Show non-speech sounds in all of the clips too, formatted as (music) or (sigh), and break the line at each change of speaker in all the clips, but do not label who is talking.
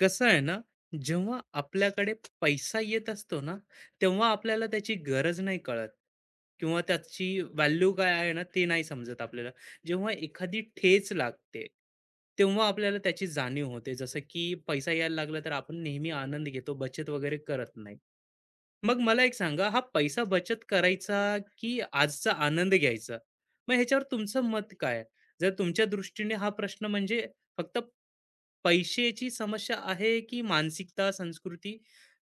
कसं आहे ना, जेव्हा आपल्याकडे पैसा येत असतो ना, तेव्हा आपल्याला त्याची गरज नाही कळत किंवा त्याची व्हॅल्यू काय आहे ना, ते नाही समजत आपल्याला. जेव्हा एखादी ठेच लागते, तेव्हा आपल्याला त्याची जाणीव होते. जसं की पैसा यायला लागला, तर आपण नेहमी आनंद घेतो, बचत वगैरे करत नाही. मग मला एक सांगा, हा पैसा बचत करायचा की आजचा आनंद घ्यायचा? मग ह्याच्यावर तुमचं मत काय? जर तुमच्या दृष्टीने हा प्रश्न म्हणजे फक्त पैशाची समस्या आहे, की मानसिकता, संस्कृती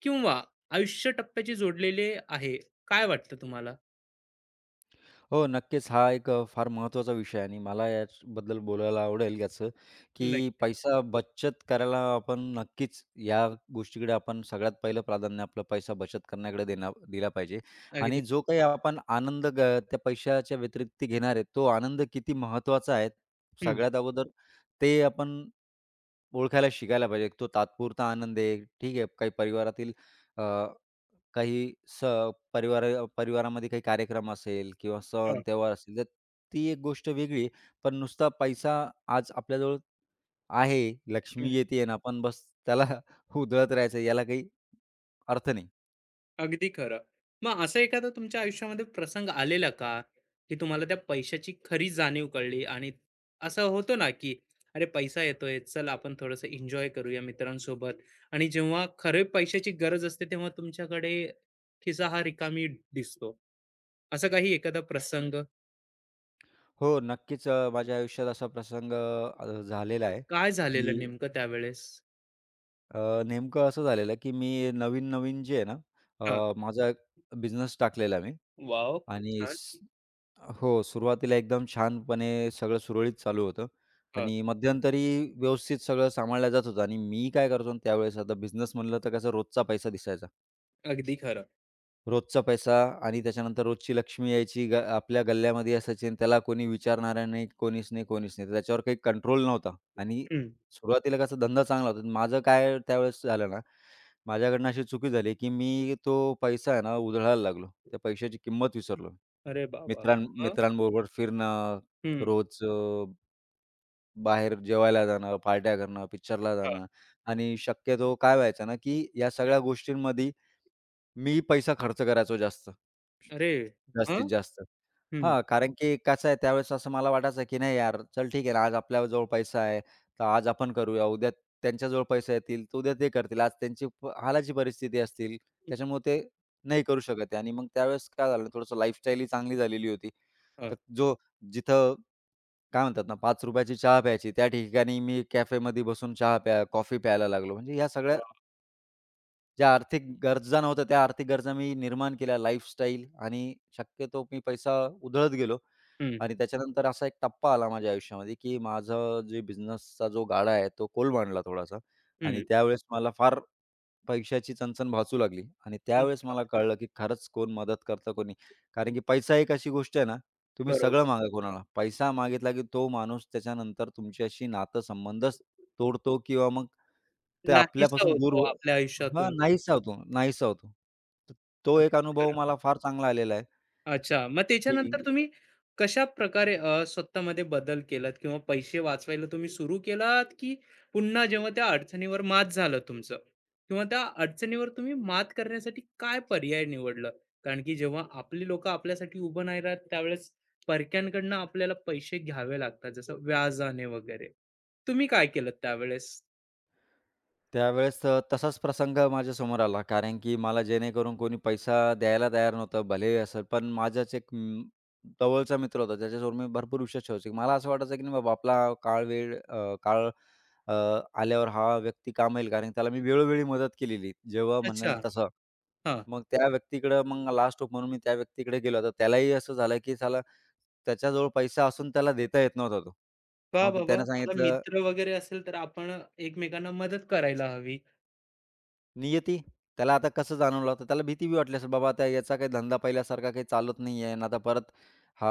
किंवा आयुष्य टप्प्याशी जोडलेले आहे? काय वाटतं तुम्हाला?
हो, नक्कीच. हा एक फार महत्त्वाचा विषय आहे आणि मला याबद्दल बोलायला आवडेल याचं, की
नक्कीच.
पैसा बचत करायला आपण नक्कीच या गोष्टीकडे आपण सगळ्यात पहिलं प्राधान्य आपलं पैसा बचत करण्याकडे देणं दिला पाहिजे
अगदी.
आणि जो काही आपण आनंद ग त्या पैशाच्या व्यतिरिक्त घेणार आहे, तो आनंद किती महत्त्वाचा आहे,
हं,
सगळ्यात अगोदर ते आपण ओळखायला शिकायला पाहिजे. तो तात्पुरता आनंद आहे, ठीक आहे. काही परिवारातील काही स परिवार परिवारामध्ये काही कार्यक्रम असेल किंवा सण
हां,
त्योहार असेल, तर ती एक गोष्ट वेगळी आहे. पण नुसता पैसा आज आपल्याजवळ आहे,
हं.
लक्ष्मी येते आणि आपण बस त्याला (laughs) उधळत राहायचं याला काही अर्थ नाही.
अगदी खरं. मग असा एखादा तुमच्या आयुष्यामध्ये प्रसंग आलेला का, की तुम्हाला त्या पैशाची खरी जाणीव कळली आणि असं होतं ना, की "अरे, पैसा येतोय, चल आपण थोडंसं एन्जॉय करूया मित्रांसोबत" आणि जेव्हा खरे पैशाची गरज असते, तेव्हा तुमच्याकडे खिसा हा रिकामी दिसतो. असा काही एखादा प्रसंग?
हो, नक्कीच माझ्या आयुष्यात असा प्रसंग झालेला आहे,
काय झालेलं
की
नेमकं त्यावेळेस?
नेमकं असं झालेलं, की मी नवीन-नवीन जे आहे ना,
हां.
माझा बिझनेस टाकलेला मी.
वाव, खूप
आणि
छान.
स हो, सुरुवातीला एकदम छानपणे सगळं सुरळीत चालू होतं
हां,
आणि मध्यंतरी व्यवस्थित सगळं सांभाळलं जात होतं आणि मी काय करायचो ना त्यावेळेस आता बिझनेस म्हणलं तर कसं रोजचा पैसा दिसायचा.
अगदी खरं.
रोजचा पैसा आणि त्याच्यानंतर रोजची लक्ष्मी यायची ग आपल्या गल्ल्यामध्ये असायची आणि त्याला कोणी विचारणारा नाही, कोणीच नाही, कोणीच नाही. तर त्याच्यावर काही कंट्रोल नव्हता आणि
हं.
सुरुवातीला कसा धंदा चांगला होता. माझं काय त्यावेळेस झालं ना, माझ्याकडनं अशी चुकी झाली, की मी तो पैसा आहे ना उधळायला लागलो. त्या पैशाची किंमत विसरलो.
अरे वाह! वाह!
मित्रां
हं.
मित्रांबरोबर फिरणं,
हं.
रोज बाहेर जेवायला जाणं, पार्ट्या करणं, पिक्चरला जाणं आणि शक्यतो काय व्हायचं ना, की या सगळ्या गोष्टींमध्ये मी पैसा खर्च करायचो जास्त.
अरे! हां,
जास्तीत जास्त.
हं,
हां, कारण की कसं आहे त्यावेळेस असं मला वाटायचं की नाही यार, चल ठीक आहे ना, आज आपल्याजवळ पैसा आहे, तर आज आपण करूया. उद्या त्यांच्याजवळ पैसे येतील, तर उद्या ते करतील. आज त्यांची हालाची परिस्थिती असतील, त्याच्यामुळे ते नाही करू शकत आहे. आणि मग त्यावेळेस काय झालं थोडंसं लाईफस्टाईल ही चांगली झालेली होती.
हां,
तर जो जिथं काय म्हणतात ना ₹5 ची चहा प्यायची, त्या ठिकाणी मी कॅफेमध्ये बसून चहा प्या कॉफी प्यायला लागलो. म्हणजे ह्या सगळ्या
वाह!
ज्या आर्थिक गरजा नव्हत्या, त्या आर्थिक गरजा मी निर्माण केल्या. लाईफस्टाईल आणि शक्यतो मी पैसा उधळत गेलो
हं,
आणि त्याच्यानंतर असा एक टप्पा आला माझ्या आयुष्यामध्ये, की माझा जे बिझनेसचा जो गाडा आहे, तो कोलमडला थोडासा आणि
हं.
त्यावेळेस मला फार पैशाची चणचण भासू लागली आणि त्यावेळेस
अच्छा,
मला कळलं, की खरंच कोण मदत करतं, कोण नाही. कारण की पैसा एक अशी गोष्ट आहे ना, तुम्ही सगळं
बरोबर.
मागा कोणाला. पैसा मागितला, की तो माणूस त्याच्यानंतर तुमच्याशी नातेसंबंधच तोडतो किंवा मग ते
नाहीसा
आपल्यापासून दूर
होतो
व
आपल्या
हां,
आयुष्यातून.
नाहीसा होतो, नाहीसा होतो. तर तो एक
अगदी
अनुभव
खरं.
मला फार चांगला आलेला आहे,
अच्छा. मग त्याच्यानंतर
की
तुम्ही कशाप्रकारे स्वतःमध्ये बदल केलात किंवा पैसे वाचवायला तुम्ही सुरू केलात, की पुन्हा जेव्हा त्या अडचणीवर मात झालं तुमचं किंवा त्या अडचणीवर तुम्ही मात करण्यासाठी काय पर्याय निवडलं? कारण की जेव्हा आपली लोकं आपल्यासाठी उभं नाही राहत, त्यावेळेस परक्यांकडनं आपल्याला पैसे घ्यावे लागतात, जसं व्याजाने वगैरे. तुम्ही काय केलं त्यावेळेस?
त्यावेळेस तसाच प्रसंग माझ्यासमोर आला. कारण की मला जेणेकरून कोणी पैसा द्यायला तयार नव्हतं. भलेही असेल, पण माझाच एक जवळचा मित्र होता. त्याच्यावर मी भरपूर विश्वास ठेवायचो. मला असं वाटायचं की नाही बाबा आपला काळ अ, आल्यावर हा व्यक्ती कामा येईल. कारण त्याला मी वेळोवेळी मदत केलेली. जेव्हा
अच्छा.
म्हणेल तसं.
हां.
मग त्या व्यक्तीकडं मग लास्ट म्हणून मी त्या व्यक्तीकडे गेलो. तर त्यालाही असं झालं की साला त्याच्याजवळ पैसा असून त्याला देता येत नव्हता तो.
वाह,
मग
वाह, वाह!
त्यानं
आता
सांगितलं
मित्र वगैरे असेल तर आपण एकमेकांना मदत करायला हवी.
नियती. त्याला आता कसं जाणवलं होतं? त्याला भीती बी वाटली असेल, बाबा आता याचा काही धंदा पहिल्यासारखा काही चालत नाही आहे आणि आता परत हा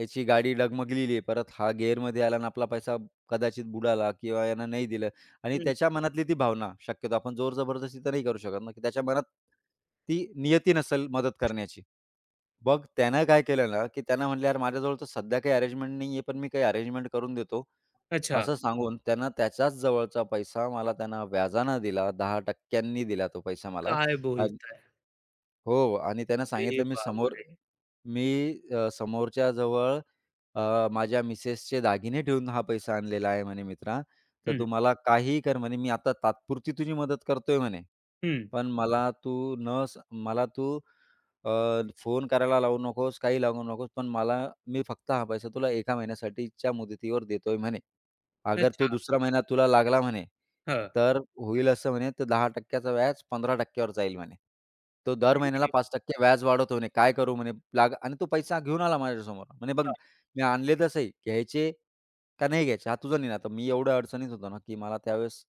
याची गाडी डगमगलेली आहे. परत हा गिअरमध्ये आला आणि आपला पैसा कदाचित बुडाला किंवा यानं नाही दिलं आणि
हं.
त्याच्या मनातली ती भावना शक्यतो आपण जोर जबरदस्ती तर नाही करू शकत ना, की त्याच्या मनात ती नियती नसेल मदत करण्याची. मग त्यानं काय केलं ना, की त्यानं म्हटलं, "यार माझ्याजवळ तर सध्या काही अरेंजमेंट नाही आहे, पण मी काही अरेंजमेंट करून देतो."
अच्छा.
असं सांगून त्यांना त्याच्याच जवळचा पैसा मला त्यांना व्याजानं दिला, 10% दिला तो पैसा मला.
काय
अग
बोलताय?
हो आणि त्यांना
अरे
सांगितलं मी समोर
बापरे!
मी समोरच्या जवळ माझ्या मिसेसचे दागिने ठेवून हा पैसा आणलेला आहे म्हणे मित्रा. तर तू
हं,
मला काहीही कर म्हणे, मी आता तात्पुरती तुझी मदत करतोय म्हणे.
हं.
पण मला तू अ, फोन करायला लावू नकोस, काही लागू नकोस. पण मला मी फक्त हा पैसा तुला 1 महिन्यासाठीच्या मुदतीवर देतोय म्हणे. अगर तो
अच्छा.
दुसरा महिना तुला लागला म्हणे,
हां.
तर होईल असं म्हणे, तर 10% व्याज 15% वर जाईल म्हणे. तो दर महिन्याला
अरे
5% व्याज वाढवतो म्हणे. काय करू म्हणे लाग आणि तो पैसा घेऊन आला माझ्यासमोर. म्हणे बघ मी आणले तसे घ्यायचे का नाही घ्यायचे हा तुझा निर्णय. आता मी एवढ्या अडचणीत होतो ना, की मला त्यावेळेस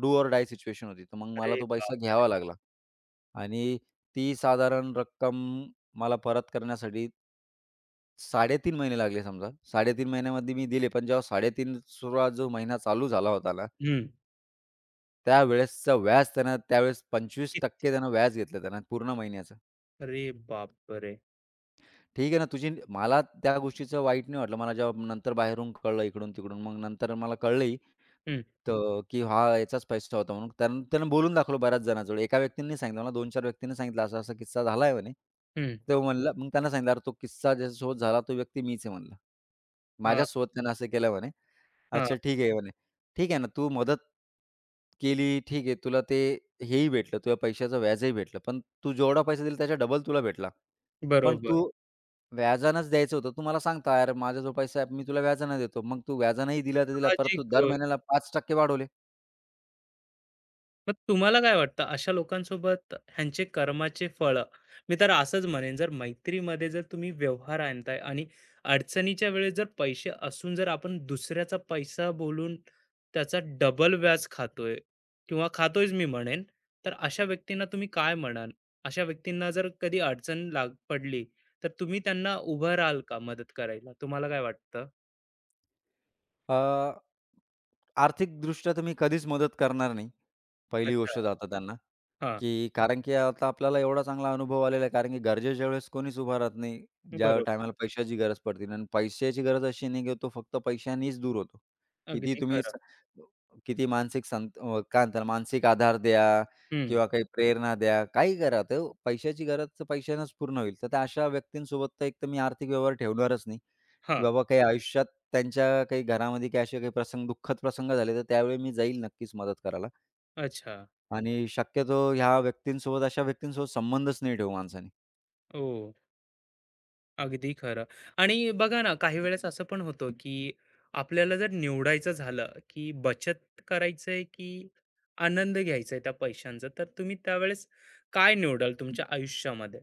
डू ओर डाय सिच्युएशन होती. तर मग
बापरे!
मला तो पैसा
बापरे!
घ्यावा लागला आणि ती साधारण रक्कम मला परत करण्यासाठी 3.5 महिने लागले समजा. 3.5 महिन्यामध्ये मी दिले, पण जेव्हा 3.5 सुरुवात जो महिना चालू झाला होता ना,
हं.
त्यावेळेसचं व्याज त्यानं त्यावेळेस 25% त्यानं व्याज घेतलं त्यानं पूर्ण महिन्याचं.
अरे बापरे!
ठीक आहे ना, मला त्या गोष्टीचं वाईट नाही वाटलं. मला जेव्हा नंतर बाहेरून कळलं इकडून-तिकडून, मग नंतर मला कळलंही
हं,
तर की हा याचाच पैसा होता म्हणून. त्यानं त्यानं बोलून दाखवलं बऱ्याच जणांजवळ. एका व्यक्तीने नाही सांगितलं मला 2-4 व्यक्तींनी सांगितलं, "असा-असा किस्सा झालाय" म्हणे.
हं.
तो म्हणला मग त्यांना सांगितलं, "अरे तो किस्सा ज्याच्यासोबत झाला तो व्यक्ती मीच आहे" म्हणला.
हां,
"माझ्यासोबत त्यानं असं केलं" म्हणे.
हां.
अच्छा ठीक आहे म्हणे. ठीक आहे ना, तू मदत केली ठीक आहे. तुला ते हेही भेटलं, तुझ्या पैशाचं व्याजही भेटलं. पण तू जेवढा पैसा दिला त्याच्या डबल तुला भेटला. पण
बरोबर.
तू व्याजानंच द्यायचं होतं. तू मला सांगता, "यार माझा जो पैसा आहे मी तुला व्याजानं देतो." मग तू व्याजानंही दिला तर दिला, परत तू
साहजिक.
दर महिन्याला 5% वाढवले.
मग तुम्हाला काय वाटतं अशा लोकांसोबत? ह्यांचे कर्माचे फळं, मी तर असंच म्हणेन, जर मैत्रीमध्ये जर तुम्ही व्यवहार आणताय आणि अडचणीच्या वेळेस जर पैसे असून जर आपण दुसऱ्याचा पैसा बोलून त्याचा डबल व्याज खातोय किंवा खातोयच, मी म्हणेन. तर अशा व्यक्तींना तुम्ही काय म्हणाल? अशा व्यक्तींना जर कधी अडचण पडली, तर तुम्ही त्यांना उभं राहाल का मदत करायला? तुम्हाला काय वाटतं?
अ, आर्थिकदृष्ट्या तर मी कधीच मदत करणार नाही. पहिली
अच्छा.
गोष्ट तर त्यांना.
हां.
की कारण की आता आपल्याला एवढा चांगला अनुभव आलेला आहे, कारण की गरजेच्या वेळेस कोणीच उभा राहत नाही. ज्या
बरोबर.
टायमाला पैशाची गरज पडते आणि पैशाची गरज अशी नाही की तो फक्त पैशानीच दूर होतो. किती
अगदी
तुम्ही
खरं.
स किती काय म्हणतात मानसिक आधार द्या
हम्म.
किंवा काही प्रेरणा द्या, काही करा. तर पैशाची गरज तर पैशानेच पूर्ण होईल. तर त्या अशा व्यक्तींसोबत तर एक तर मी आर्थिक व्यवहार ठेवणारच नाही, की
हां.
बाबा काही आयुष्यात त्यांच्या काही घरामध्ये काही असे काही प्रसंग दुःखद प्रसंग झाले, तर त्यावेळी मी जाईल नक्कीच मदत करायला.
अच्छा.
आणि शक्यतो ह्या व्यक्तींसोबत अशा व्यक्तींसोबत संबंधच नाही ठेवू माणसाने.
ओ, अगदी खरं. आणि बघा ना, काही वेळेस असं पण होतं, की आपल्याला जर निवडायचं झालं, की बचत करायचंय की आनंद घ्यायचा आहे त्या पैशांचा, तर तुम्ही त्यावेळेस काय निवडाल तुमच्या आयुष्यामध्ये?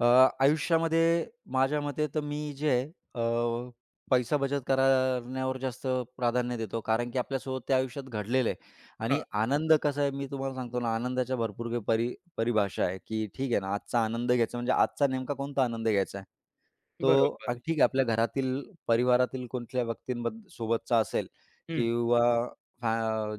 अ, आयुष्यामध्ये माझ्या मते तर मी जे आहे पैसा बचत करण्यावर जास्त प्राधान्य देतो. कारण की आपल्यासोबत त्या आयुष्यात घडलेलं आहे
हां,
आणि आनंद कसा आहे मी तुम्हाला सांगतो ना, आनंदाच्या भरपूर काही परिभाषा आहे, की ठीक आहे ना, आजचा आनंद घ्यायचा म्हणजे आजचा नेमका कोणता आनंद घ्यायचा आहे? तो
बरोबर.
ठीक आहे आपल्या घरातील परिवारातील कोणत्या व्यक्तींबद्द सोबतचा असेल
हं,
किंवा फॅ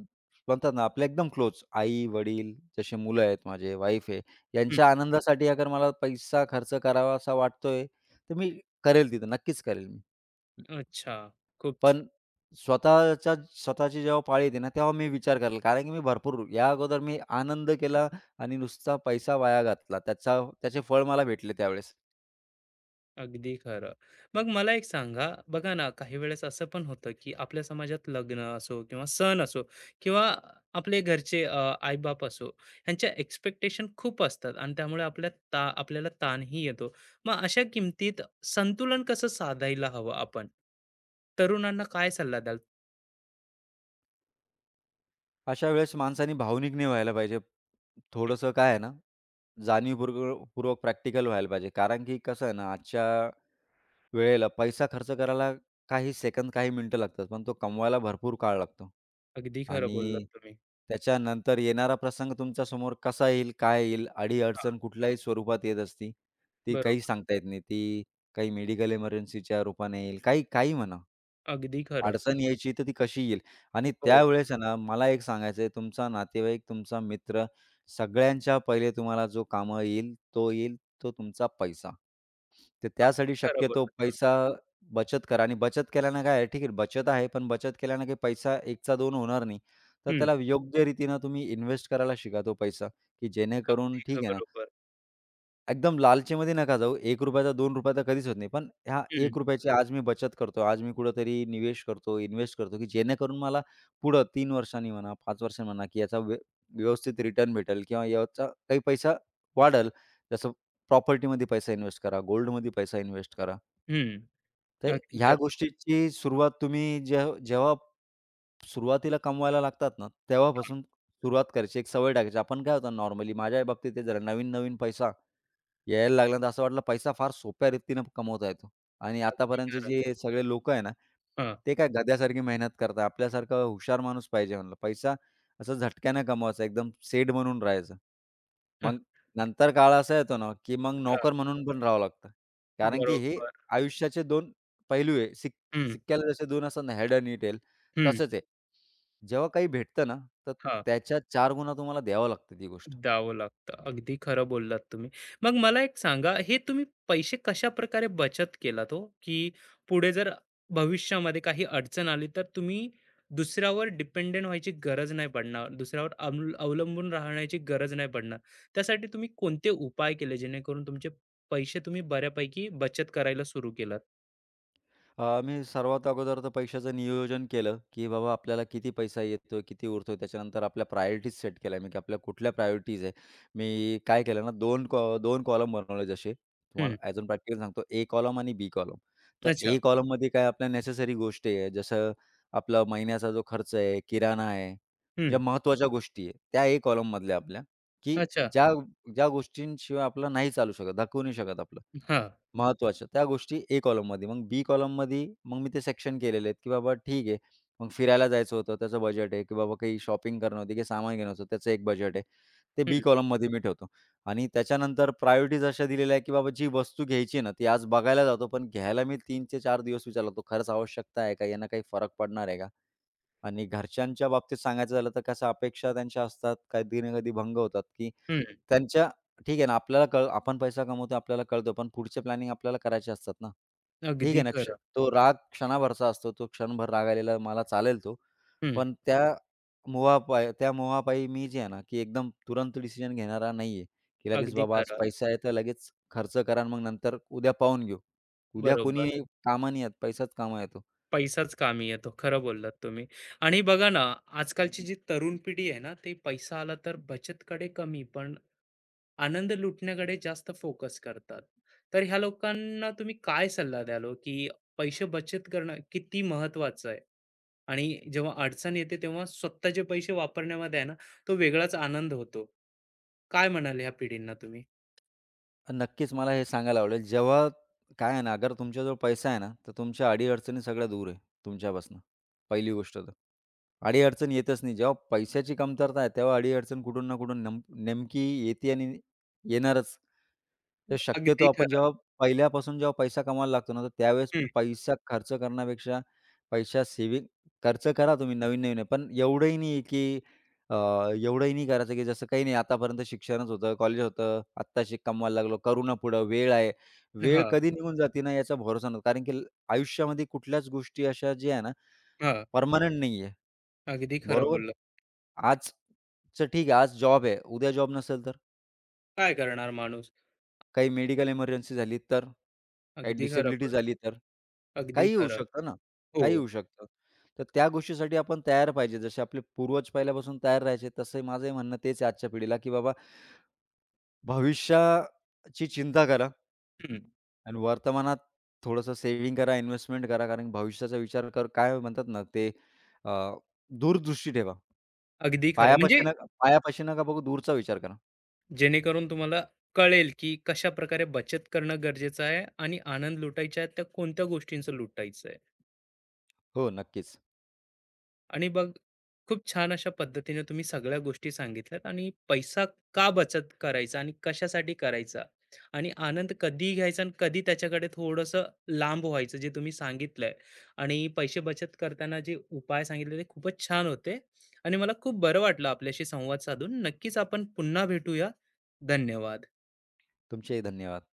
म्हणतात ना आपल्या एकदम क्लोज आई-वडील, जसे मुलं आहेत माझे, वाईफ आहे,
हं.
यांच्या आनंदासाठी अगर मला पैसा खर्च करावासा वाटतोय, तर मी करेल तिथं नक्कीच करेल मी.
अच्छा. खूप
पण
छान.
स्वतःच्या स्वतःची जेव्हा पाळी येते ना, तेव्हा मी विचार करेल. कारण की मी भरपूर या अगोदर मी आनंद केला आणि नुसता पैसा वाया घातला. त्याचा त्याचे फळ मला भेटले त्यावेळेस.
अगदी खरं. मग मला एक सांगा, बघा ना, काही वेळेस असं पण होतं, की आपल्या समाजात लग्न असो किंवा सण असो किंवा आपले घरचे आई-बाप असो, ह्यांच्या एक्स्पेक्टेशन खूप असतात आणि त्यामुळे आपल्या आपल्याला ताणही येतो. मग अशा किमतीत संतुलन कसं साधायला हवं आपण? तरुणांना काय सल्ला द्याल?
अशा वेळेस माणसाने भावनिक नाही व्हायला पाहिजे. थोडंसं काय आहे ना, पूर्वक प्रॅक्टिकल व्हायला पाहिजे. कारण की कसं आहे ना, आजच्या वेळेला पैसा खर्च करायला काही सेकंद, काही मिनिटं लागतात, पण तो कमवायला भरपूर काळ लागतो.
अगदी खरं बोललात
आणि
तुम्ही.
त्याच्यानंतर येणारा प्रसंग तुमच्या समोर कसा येईल, काय येईल,
हां,
अडी-अडचण कुठल्याही स्वरूपात येत असती. ती काही
बरोबर.
सांगता येत नाही. ती काही मेडिकल इमर्जन्सीच्या रूपाने येईल, काही काही म्हणा.
अगदी खरं.
अडचण यायची तर ती कशी येईल आणि
हो,
त्यावेळेस आहे ना, मला एक सांगायचं आहे, तुमचा नातेवाईक, तुमचा मित्र सगळ्यांच्या पहिले तुम्हाला जो कामं येईल, तो येईल तो तुमचा पैसा. तर
अगदी
त्यासाठी
खरं
शक्यतो
बोललात तुम्ही.
पैसा बचत करा आणि बचत केल्यानं काय आहे, ठीक आहे बचत आहे, पण बचत केल्यानं काही पैसा 1चा 2 होणार नाही. तर
हं,
त्याला योग्य रीतीनं तुम्ही इन्व्हेस्ट करायला शिका तो पैसा, की जेणेकरून
अगदी
ठीक
खरं.
आहे ना,
बरोबर.
एकदम लालचीमध्ये नका जाऊ. ₹1चा ₹2चा कधीच होत नाही. पण ह्या
हं,
₹1ची आज मी बचत करतो, आज मी कुठेतरी निवेश करतो, इन्व्हेस्ट करतो, की जेणेकरून मला पुढं 3 वर्षांनी म्हणा, 5 वर्षांनी म्हणा, की याचा व्यवस्थित रिटर्न भेटेल किंवा याचा काही पैसा वाढेल. जसं प्रॉपर्टीमध्ये पैसा इन्व्हेस्ट करा, गोल्डमध्ये पैसा इन्व्हेस्ट करा.
हं.
तर
अगदी
ह्या
खरं,
गोष्टीची सुरुवात तुम्ही जेव्हा जेव्हा सुरुवातीला कमवायला लागतात ना, तेव्हापासून सुरुवात करायची. एक सवय टाकायची. आपण काय होतं नॉर्मली माझ्या बाबतीत ते जरा नवीन-नवीन पैसा यायला लागला तर असं वाटलं पैसा फार सोप्या रीतीनं कमवता येतो. आणि
अगदी
आतापर्यंतचे
खरं.
जे सगळे लोकं आहे ना,
हां.
ते काय गध्यासारखी मेहनत करतात. आपल्यासारखा हुशार माणूस पाहिजे म्हणलं. पैसा असं झटक्यानं कमवायचा, एकदम सेठ बनून राहायचं.
(laughs) हं,
मग नंतर काळ असा येतो ना, की मग
हां,
नोकर म्हणून पण राहावं लागतं. कारण की हे
बरोबर.
आयुष्याचे 2 पैलू आहे.
हं,
सिक्क्याला जसे 2 असतात ना, हेड आणि टेल
हं.
तसंच आहे. जेव्हा काही भेटतं ना, तर
हां,
त्याच्या 4 गुणा तुम्हाला द्यावं लागतं ती गोष्ट.
द्यावं लागतं. अगदी खरं बोललात तुम्ही. मग मला एक सांगा, हे तुम्ही पैसे कशा प्रकारे बचत केला तो, की पुढे जर भविष्यामध्ये काही अडचण आली, तर तुम्ही दुसऱ्यावर डिपेंडंट व्हायची गरज नाही पडणार, दुसऱ्यावर अवलंबून राहण्याची गरज नाही पडणार. त्यासाठी तुम्ही कोणते उपाय केले, जेणेकरून तुमचे पैसे तुम्ही बऱ्यापैकी बचत करायला सुरू केलात?
मी सर्वात अगोदर तर पैशाचं नियोजन केलं, की बाबा आपल्याला किती पैसा येतोय, किती उरतोय. त्याच्यानंतर आपल्या प्रायोरिटीज सेट केल्या मी, की आपल्या कुठल्या प्रायोरिटीज आहे. मी काय केलं ना 2 कॉलम बनवले जसे
हं,
तुम्हाला ॲज अ प्रॅक्टिकल सांगतो. ए कॉलम आणि बी कॉलम. तर
अच्छा.
ए कॉलममध्ये काय आपल्या नेसेसरी गोष्टी आहे, जसं आपला महिन्याचा जो खर्च आहे, किराणा आहे,
हं,
ज्या महत्त्वाच्या गोष्टी आहे, त्या ए कॉलममधल्या आपल्या, की
अच्छा.
ज्या ज्या गोष्टींशिवाय आपलं नाही चालू शकत, धकवू नाही शकत आपलं.
हां,
महत्त्वाच्या त्या गोष्टी ए कॉलममध्ये. बी कॉलममध्ये मग मी ते सेक्शन केलेले आहेत, की बाबा ठीक आहे. मग फिरायला जायचं होतं, त्याचं बजेट आहे, की बाबा काही शॉपिंग करणं होती, काही सामान घेणं होतं, त्याचं एक बजेट आहे. ते
हं,
बी कॉलममध्ये मी ठेवतो. आणि त्याच्यानंतर प्रायोरिटीज अशा दिलेल्या आहे, की बाबा जी वस्तू घ्यायची आहे ना, ती आज बघायला जातो, पण घ्यायला मी तीन ते चार दिवस विचार लागतो. खरंच आवश्यकता आहे का? यानं काही फरक पडणार आहे का? आणि घरच्यांच्या बाबतीत सांगायचं झालं तर कसं अपेक्षा त्यांच्या असतात, कधी ना कधी भंग होतात, की
हं.
त्यांच्या ठीक आहे ना, आपल्याला कळ आपण पैसा कमवतो आपल्याला कळतो, पण पुढचे प्लॅनिंग आपल्याला करायचे असतात ना. ठीक
अगदी
आहे ना,
खरं.
तो राग क्षणाभरचा असतो, तो क्षणभर राग आलेला मला चालेल तो,
हं.
पण त्या मोहापायी मी जे आहे ना, की एकदम तुरंत डिसिजन घेणारा नाही की लगेच
अगदी
बाबा आज
खरं.
पैसा आहे तर लगेच खर्च करा आणि मग नंतर उद्या पाहून घेऊ. उद्या
बरोबर.
कोणी कामाला येत, पैसाच कामाला येतो.
पैसाच कामी येतो. खरं बोललात तुम्ही. आणि बघा ना, आजकालची जी तरुण पिढी आहे ना, ते पैसा आला तर बचतकडे कमी, पण आनंद लुटण्याकडे जास्त फोकस करतात. तर ह्या लोकांना तुम्ही काय सल्ला द्याल हो, की पैसे बचत करणं किती महत्त्वाचं आहे? आणि जेव्हा अडचण येते, तेव्हा स्वतःचे पैसे वापरण्यामध्ये आहे ना, तो वेगळाच आनंद होतो. काय म्हणाल ह्या पिढींना तुम्ही?
नक्कीच मला हे सांगायला आवडेल, जेव्हा काय आहे ना, अगर तुमच्याजवळ पैसा आहे ना, तर तुमच्या अडी सगळ्या दूर आहे तुमच्यापासून. पहिली गोष्ट तर. अडी-अडचण येतच नाही. जेव्हा पैशाची कमतरता आहे, तेव्हा अडी-अडचण कुठून ना कुठून नेमकी येते आणि येणारच. तर शक्यतो
अगदी
आपण
खरं.
पहिल्यापासून जेव्हा पैसा कमवायला लागतो ना, तर त्यावेळेस
हं.
पैसा खर्च करण्यापेक्षा पैसा सेव्हिंग खर्च करा तुम्ही नवीन-नवीन आहे, पण एवढंही नाही की अ, एवढंही नाही करायचं, की जसं काही नाही आतापर्यंत शिक्षणच होतं, कॉलेज होतं, आत्ताशी कमवायला लागलो, करू ना पुढं, वेळ आहे. वेळ
हां,
कधी निघून जाते ना याचा भरोसा नसतो. कारण की आयुष्यामध्ये कुठल्याच गोष्टी अशा ज्या आहे ना,
हां.
परमनंट नाही आहे.
अगदी खरं
बरोबर?
बोललात.
आजचं ठीक आहे, आज जॉब आहे, उद्या जॉब नसेल तर?
काय करणार माणूस?
काही मेडिकल इमर्जन्सी झाली तर? काही
अगदी खरं
डिसेबिलिटी झाली तर?
अगदी
काहीही होऊ
खरं.
शकतं ना,
हो.
काहीही होऊ शकतं. तर त्या गोष्टीसाठी आपण तयार पाहिजे. जसे आपले पूर्वज पहिल्यापासून तयार राहायचे, तसंही माझंही म्हणणं तेच आहे आजच्या पिढीला, की बाबा भविष्याची चिंता करा
हं.
आणि वर्तमानात थोडंसं सेव्हिंग करा, इन्व्हेस्टमेंट करा. कारण भविष्याचा विचार कर काय म्हणतात ना ते अ, दूरदृष्टी ठेवा.
अगदी खरं. म्हणजे
पायापाशी नका बघू दूरचा विचार करा.
जेणेकरून तुम्हाला कळेल, की कशा प्रकारे बचत करणं गरजेचं आहे आणि आनंद लुटायचा आहे, त्या कोणत्या गोष्टींचं लुटायचं आहे.
हो, नक्कीच.
आणि बघ, खूप छान अशा पद्धतीने तुम्ही सगळ्या गोष्टी सांगितल्यात आणि पैसा का बचत करायचा आणि कशासाठी करायचा आणि आनंद कधी घ्यायचा आणि कधी त्याच्याकडे थोडंसं लांब व्हायचं जे तुम्ही सांगितलंय आणि पैसे बचत करताना जे उपाय सांगितले ते खूपच छान होते आणि मला खूप बरं वाटलं आपल्याशी संवाद साधून. नक्कीच आपण पुन्हा भेटूया. धन्यवाद.
तुमचेही धन्यवाद.